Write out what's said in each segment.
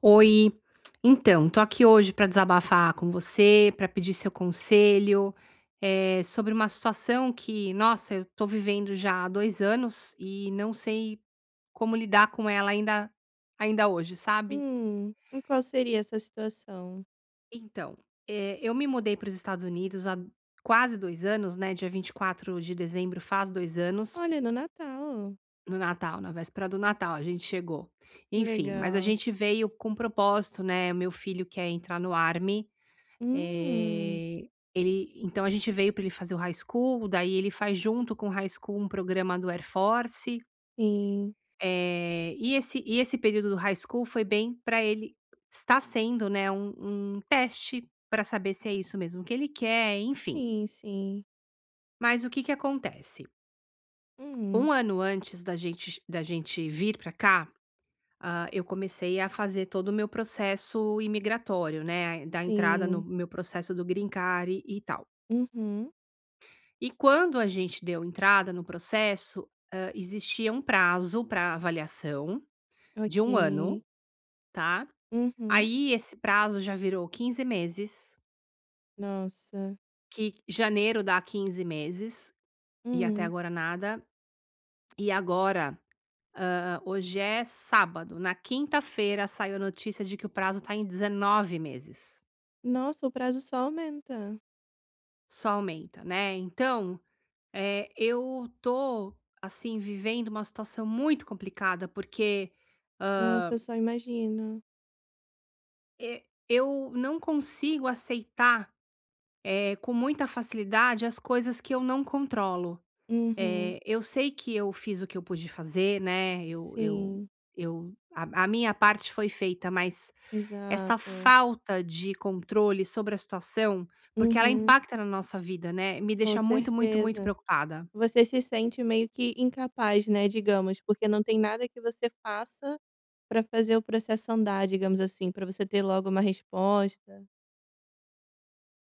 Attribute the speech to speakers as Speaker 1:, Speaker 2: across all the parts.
Speaker 1: Oi, então, tô aqui hoje para desabafar com você, para pedir seu conselho, sobre uma situação que, nossa, eu tô vivendo já há 2 anos e não sei como lidar com ela ainda hoje, sabe.
Speaker 2: E qual seria essa situação?
Speaker 1: Então, eu me mudei para os Estados Unidos há quase 2 anos, né, dia 24 de dezembro faz 2 anos,
Speaker 2: Olha, no Natal.
Speaker 1: no Natal, na véspera do Natal a gente chegou. Enfim, mas a
Speaker 2: Legal.
Speaker 1: gente veio com propósito, né, meu filho quer entrar no Army.
Speaker 2: Hum,
Speaker 1: Eh, ele então a gente veio para ele fazer o high school, daí ele faz junto com o high school um programa do Air Force,
Speaker 2: sim.
Speaker 1: e esse período do high school foi bem para ele, está sendo, né, um teste para saber se é isso mesmo que ele quer, enfim.
Speaker 2: Sim, sim.
Speaker 1: Mas o que que acontece?
Speaker 2: Hum,
Speaker 1: Um ano antes da gente vir para cá, eu comecei a fazer todo o meu processo imigratório, né, da entrada no
Speaker 2: sim.
Speaker 1: meu processo do green card e tal.
Speaker 2: Uhum,
Speaker 1: E quando a gente deu entrada no processo, existia um prazo para avaliação de um ano,
Speaker 2: ok.
Speaker 1: tá.
Speaker 2: Uhum.
Speaker 1: Aí esse prazo já virou 15 meses,
Speaker 2: Nossa.
Speaker 1: que janeiro dá 15 meses e até
Speaker 2: Hum.
Speaker 1: agora nada. E agora, hoje é sábado, na quinta-feira saiu a notícia de que o prazo tá em 19 meses.
Speaker 2: Nossa, o prazo só aumenta.
Speaker 1: Só aumenta, né. Então, eu tô, assim, vivendo uma situação muito complicada, porque, hã
Speaker 2: Nossa, eu só imagino.
Speaker 1: e eu não consigo aceitar, com muita facilidade as coisas que eu não controlo.
Speaker 2: Uhum.
Speaker 1: Eu sei que eu fiz o que eu pude fazer, né, eu eu
Speaker 2: Sim,
Speaker 1: eu a minha parte foi feita, mas essa
Speaker 2: exato.
Speaker 1: falta de controle sobre a situação, porque ela
Speaker 2: Uhum,
Speaker 1: impacta na nossa vida, né, me
Speaker 2: com
Speaker 1: deixa muito, muito, muito
Speaker 2: certeza.
Speaker 1: preocupada.
Speaker 2: Você se sente meio que incapaz, né, digamos, porque não tem nada que você faça pra fazer o processo andar, digamos assim, pra você ter logo uma resposta.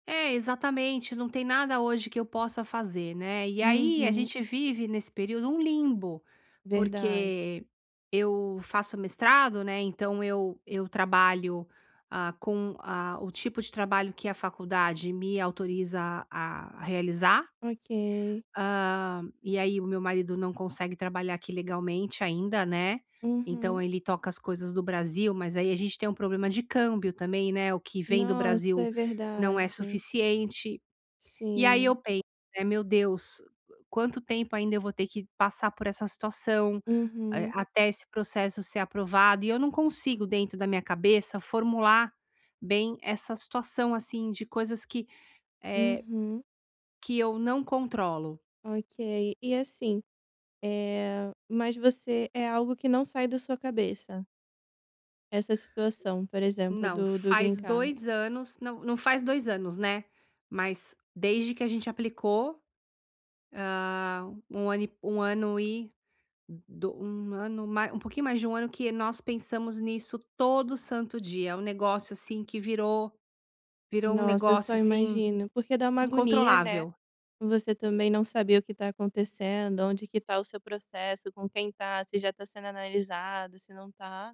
Speaker 1: É, exatamente, não tem nada hoje que eu possa fazer, né. E aí a
Speaker 2: Uhum,
Speaker 1: gente vive nesse período um limbo,
Speaker 2: verdade.
Speaker 1: porque eu faço mestrado, né, então eu trabalho, com, o tipo de trabalho que a faculdade me autoriza a realizar,
Speaker 2: Ok.
Speaker 1: e aí o meu marido não consegue trabalhar aqui legalmente ainda, né, então
Speaker 2: Uhum.
Speaker 1: ele toca as coisas do Brasil, mas aí a gente tem um problema de câmbio também, né, o que vem do
Speaker 2: Nossa,
Speaker 1: Brasil
Speaker 2: é
Speaker 1: não é
Speaker 2: verdade.
Speaker 1: suficiente. E aí eu
Speaker 2: Sim.
Speaker 1: penso, né: "Meu Deus, quanto tempo ainda eu vou ter que passar por essa situação,
Speaker 2: Uhum,
Speaker 1: até esse processo ser aprovado?" E eu não consigo, dentro da minha cabeça, formular bem essa situação, assim, de coisas que, eh,
Speaker 2: uhum.
Speaker 1: que eu não controlo.
Speaker 2: Ok. E assim, é, mas você é algo que não sai da sua cabeça, essa situação, por exemplo,
Speaker 1: Não,
Speaker 2: do green
Speaker 1: faz
Speaker 2: card?
Speaker 1: 2 anos, não faz 2 anos, né, mas desde que a gente aplicou, 1 ano e 1 ano e Do um ano mai um pouquinho mais de um ano que nós pensamos nisso todo santo dia, é um negócio, assim, que virou um
Speaker 2: Nossa, eu só
Speaker 1: negócio, assim,
Speaker 2: imagino, porque dá uma agonia, né.
Speaker 1: incontrolável.
Speaker 2: Você também não sabia o que está acontecendo, onde que está o seu processo, com quem está, se já está sendo analisado, se não está.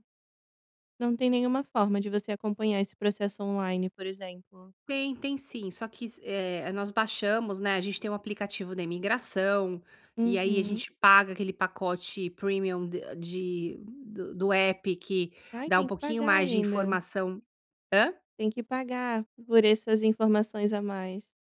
Speaker 2: Não tem nenhuma forma de você acompanhar esse processo online, por exemplo?
Speaker 1: Tem, tem sim, só que nós baixamos, né, a gente tem um aplicativo da imigração, e aí a
Speaker 2: Uhum.
Speaker 1: gente paga aquele pacote premium de do app que
Speaker 2: Ai,
Speaker 1: dá um
Speaker 2: tem que
Speaker 1: pouquinho
Speaker 2: pagar
Speaker 1: mais de
Speaker 2: ainda.
Speaker 1: informação. Hã?
Speaker 2: Tem que pagar por essas informações a mais.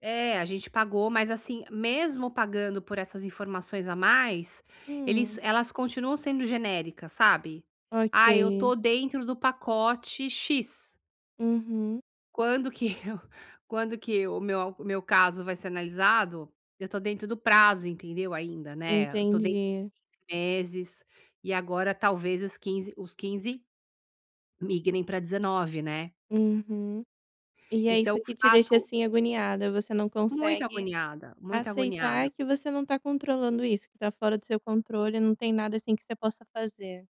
Speaker 1: É, a gente pagou, mas assim, mesmo pagando por essas informações a mais, eles
Speaker 2: Hum,
Speaker 1: elas continuam sendo genéricas, sabe? "Ah, eu
Speaker 2: ok.
Speaker 1: tô dentro do pacote X."
Speaker 2: Uhum.
Speaker 1: Quando que eu quando que o meu caso vai ser analisado, eu tô dentro do prazo, entendeu, ainda, né, eu tô dentro
Speaker 2: Entendi.
Speaker 1: de meses, e agora talvez os 15 migrem para 19, né.
Speaker 2: Uhum. E é
Speaker 1: Então
Speaker 2: isso
Speaker 1: o
Speaker 2: que te deixa
Speaker 1: fato
Speaker 2: assim agoniada. Você não
Speaker 1: Muito
Speaker 2: consegue
Speaker 1: agoniada, muito agoniada.
Speaker 2: aceitar que você não tá controlando isso, que tá fora do seu controle, não tem nada, assim, que você possa fazer.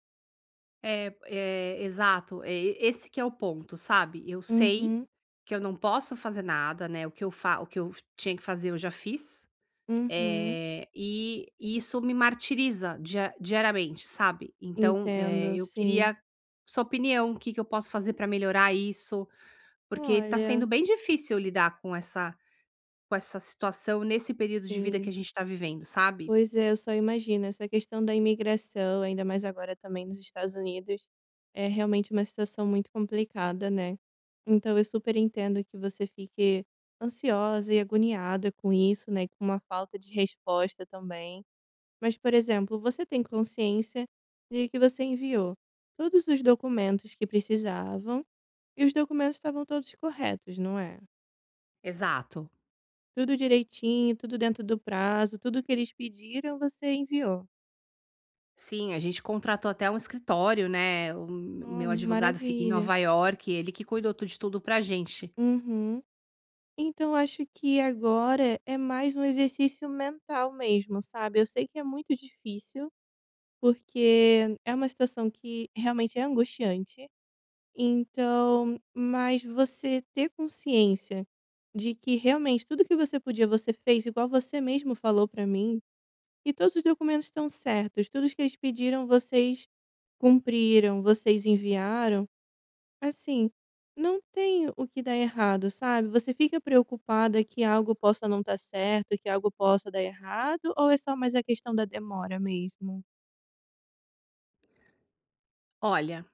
Speaker 1: É, é, exato, é e esse que é o ponto, sabe. Eu sei
Speaker 2: Uhum,
Speaker 1: que eu não posso fazer nada, né, o que eu tinha que fazer eu já fiz,
Speaker 2: uhum.
Speaker 1: e isso me martiriza diariamente, sabe. Então,
Speaker 2: Entendo,
Speaker 1: eu
Speaker 2: sim.
Speaker 1: queria sua opinião, o que que eu posso fazer para melhorar isso, porque tá sendo
Speaker 2: Olha,
Speaker 1: bem difícil lidar com essa, com essa situação nesse período de vida que
Speaker 2: sim.
Speaker 1: a gente tá vivendo, sabe.
Speaker 2: Pois é, eu só imagino, essa questão da imigração, ainda mais agora também nos Estados Unidos, é realmente uma situação muito complicada, né. Então eu super entendo que você fique ansiosa e agoniada com isso, né, com uma falta de resposta também. Mas, por exemplo, você tem consciência de que você enviou todos os documentos que precisavam e os documentos estavam todos corretos, não é?
Speaker 1: Exato.
Speaker 2: Tudo direitinho, tudo dentro do prazo, tudo que eles pediram, você enviou.
Speaker 1: Sim, a gente contratou até um escritório, né, o
Speaker 2: Ah,
Speaker 1: meu advogado fica em
Speaker 2: maravilha.
Speaker 1: Nova York, ele que cuidou tu de tudo pra gente.
Speaker 2: Uhum. Então, acho que agora é mais um exercício mental mesmo, sabe? Eu sei que é muito difícil, porque é uma situação que realmente é angustiante. Então, mas você ter consciência de que realmente tudo que você podia, você fez, igual você mesmo falou pra mim, e todos os documentos estão certos, tudo que eles pediram, vocês cumpriram, vocês enviaram, assim, não tem o que dar errado, sabe? Você fica preocupada que algo possa não estar certo, que algo possa dar errado, ou é só mais a questão da demora mesmo?
Speaker 1: Olha,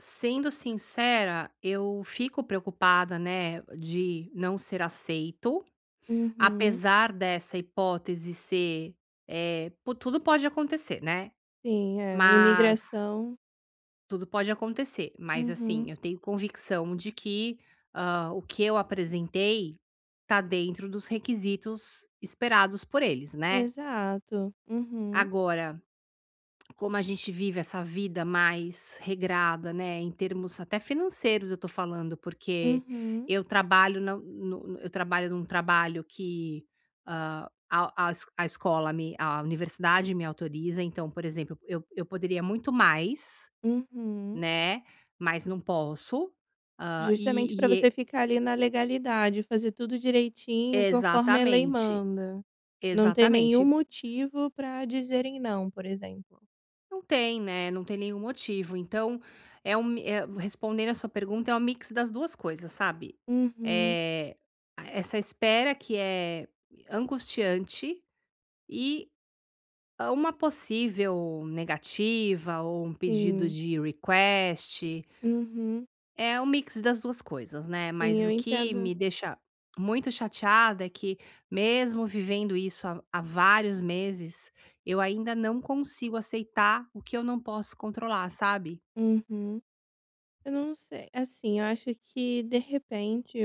Speaker 1: sendo sincera, eu fico preocupada, né, de não ser aceito,
Speaker 2: Uhum,
Speaker 1: apesar dessa hipótese ser, eh, po tudo pode acontecer, né,
Speaker 2: sim, é,
Speaker 1: mas
Speaker 2: imigração.
Speaker 1: tudo pode acontecer, mas assim,
Speaker 2: Uhum.
Speaker 1: eu tenho convicção de que, o que eu apresentei tá dentro dos requisitos esperados por eles, né.
Speaker 2: Exato. Uhum,
Speaker 1: Agora, como a gente vive essa vida mais regrada, né, em termos até financeiros eu tô falando, porque
Speaker 2: uhum,
Speaker 1: eu trabalho na no no- eu trabalho num trabalho que, hã, a es a escola me a universidade me autoriza, então, por exemplo, eu poderia muito mais,
Speaker 2: uhum.
Speaker 1: né, mas não posso, hã,
Speaker 2: Justamente para
Speaker 1: e
Speaker 2: você ficar ali na legalidade, fazer tudo direitinho conforme a lei
Speaker 1: exatamente,
Speaker 2: manda. Não ter nenhum
Speaker 1: exatamente.
Speaker 2: motivo para dizerem não, por exemplo.
Speaker 1: Não tem, né, não tem nenhum motivo. Então, respondendo a sua pergunta, é um mix das 2 coisas, sabe.
Speaker 2: Uhum,
Speaker 1: É a essa espera que é angustiante e a uma possível negativa ou um pedido
Speaker 2: sim.
Speaker 1: de request,
Speaker 2: Uhum,
Speaker 1: é um mix das 2 coisas, né,
Speaker 2: sim,
Speaker 1: mas
Speaker 2: eu
Speaker 1: o que
Speaker 2: entendo.
Speaker 1: me deixa muito chateada é que, mesmo vivendo isso há vários meses, eu ainda não consigo aceitar o que eu não posso controlar, sabe.
Speaker 2: Uhum. Eu não sei, assim, eu acho que, de repente,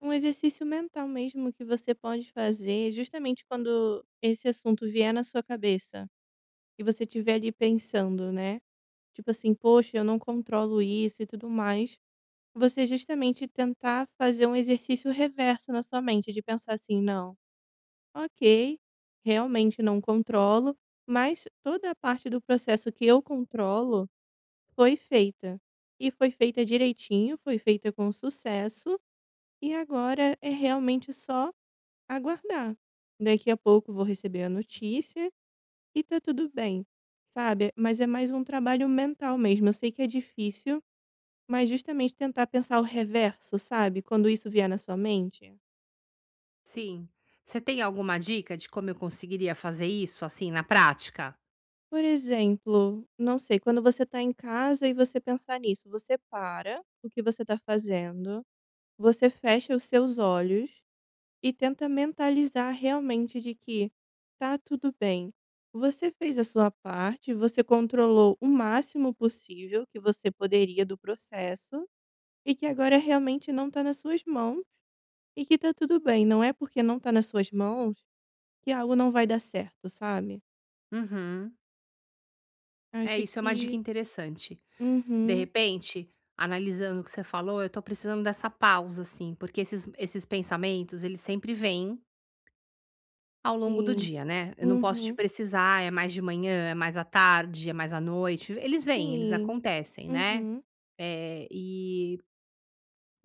Speaker 2: um exercício mental mesmo que você pode fazer, justamente quando esse assunto vier na sua cabeça e você estiver ali pensando, né? Tipo assim, poxa, eu não controlo isso e tudo mais, você justamente tentar fazer um exercício reverso na sua mente, de pensar assim, não, ok, realmente não controlo, mas toda a parte do processo que eu controlo foi feita. E foi feita direitinho, foi feita com sucesso, e agora é realmente só aguardar. Daqui a pouco vou receber a notícia e tá tudo bem, sabe? Mas é mais um trabalho mental mesmo. Eu sei que é difícil, mas justamente tentar pensar o reverso, sabe, quando isso vier na sua mente.
Speaker 1: Sim. Você tem alguma dica de como eu conseguiria fazer isso, assim, na prática?
Speaker 2: Por exemplo, não sei, quando você tá em casa e você pensar nisso, você para o que você tá fazendo, você fecha os seus olhos e tenta mentalizar realmente de que tá tudo bem. Você fez a sua parte, você controlou o máximo possível que você poderia do processo e que agora realmente não tá nas suas mãos e que tá tudo bem. Não é porque não tá nas suas mãos que algo não vai dar certo, sabe.
Speaker 1: Uhum. É,
Speaker 2: Acho
Speaker 1: isso é uma dica
Speaker 2: que
Speaker 1: interessante. De
Speaker 2: uhum,
Speaker 1: repente, analisando o que você falou, eu tô precisando dessa pausa, assim, porque esses pensamentos, eles sempre vêm ao longo do
Speaker 2: sim,
Speaker 1: dia, né. Eu não posso te
Speaker 2: uhum,
Speaker 1: precisar, é mais de manhã, é mais à tarde, é mais à noite. Eles vêm, eles
Speaker 2: sim,
Speaker 1: acontecem, né.
Speaker 2: uhum,
Speaker 1: Eh, e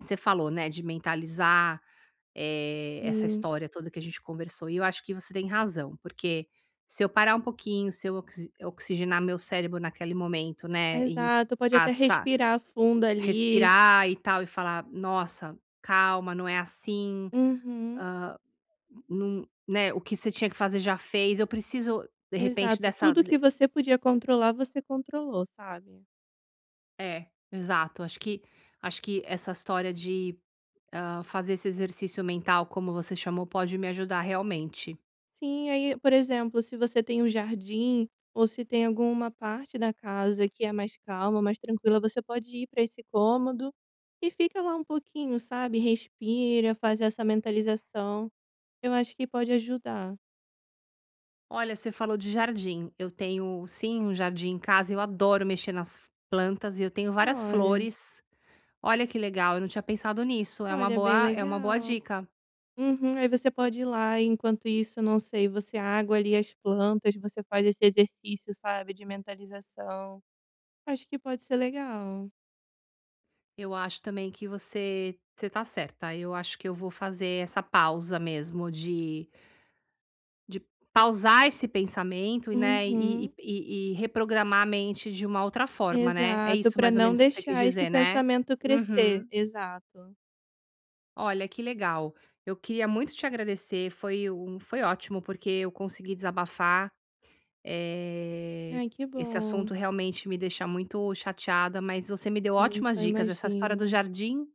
Speaker 1: Você falou, né, de mentalizar, essa
Speaker 2: sim,
Speaker 1: história toda que a gente conversou, e eu acho que você tem razão, porque se eu parar um pouquinho, se eu oxigenar meu cérebro naquele momento, né, e
Speaker 2: exato. Pode até
Speaker 1: passar
Speaker 2: respirar fundo ali.
Speaker 1: respirar e tal, e falar: "Nossa, calma, não é assim,
Speaker 2: Uhum,
Speaker 1: não", né, "o que você tinha que fazer já fez, eu preciso de repente
Speaker 2: exato.
Speaker 1: dessa".
Speaker 2: Tudo que você podia controlar, você controlou, sabe.
Speaker 1: É, exato. Acho que essa história de, fazer esse exercício mental, como você chamou, pode me ajudar realmente.
Speaker 2: Sim, aí, por exemplo, se você tem um jardim ou se tem alguma parte da casa que é mais calma, mais tranquila, você pode ir para esse cômodo e fica lá um pouquinho, sabe, respira, faz essa mentalização. Eu acho que pode ajudar.
Speaker 1: Olha, você falou de jardim. Eu tenho, sim, um jardim em casa, eu adoro mexer nas plantas e eu tenho várias
Speaker 2: Olha,
Speaker 1: flores. Olha que legal, eu não tinha pensado nisso. É uma
Speaker 2: olha, bem
Speaker 1: boa é uma boa
Speaker 2: legal.
Speaker 1: dica.
Speaker 2: Uhum, aí você pode ir lá, e enquanto isso, não sei, você água ali as plantas, você faz esse exercício, sabe, de mentalização. Acho que pode ser legal.
Speaker 1: Eu acho também que você tá certa. Eu acho que eu vou fazer essa pausa mesmo de pausar esse pensamento, e, né, e
Speaker 2: Uhum,
Speaker 1: e e e reprogramar a mente de uma outra forma, né. É
Speaker 2: exato,
Speaker 1: isso
Speaker 2: para
Speaker 1: mais ou
Speaker 2: não
Speaker 1: menos que você quis
Speaker 2: deixar esse
Speaker 1: dizer, né?
Speaker 2: pensamento crescer,
Speaker 1: Uhum.
Speaker 2: exato.
Speaker 1: Olha, que legal. Eu queria muito te agradecer, foi um foi ótimo, porque eu consegui desabafar, eh,
Speaker 2: Ai, que
Speaker 1: esse
Speaker 2: bom.
Speaker 1: assunto realmente me deixa muito chateada, mas você me deu
Speaker 2: Isso,
Speaker 1: ótimas
Speaker 2: eu
Speaker 1: dicas. Essa história do
Speaker 2: imagino.
Speaker 1: jardim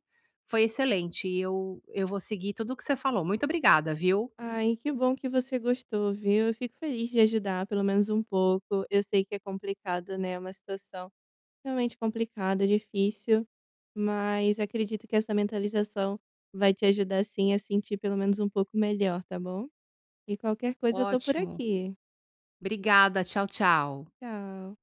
Speaker 1: foi excelente e eu vou seguir tudo o que você falou. Muito obrigada, viu?
Speaker 2: Ai, que bom que você gostou, viu? Eu fico feliz de ajudar, pelo menos um pouco. Eu sei que é complicado, né, uma situação realmente complicado, difícil, mas acredito que essa mentalização vai te ajudar sim a sentir pelo menos um pouco melhor, tá bom? E qualquer coisa eu tô por
Speaker 1: Ótimo.
Speaker 2: aqui.
Speaker 1: Obrigada. Tchau, tchau.
Speaker 2: Tchau.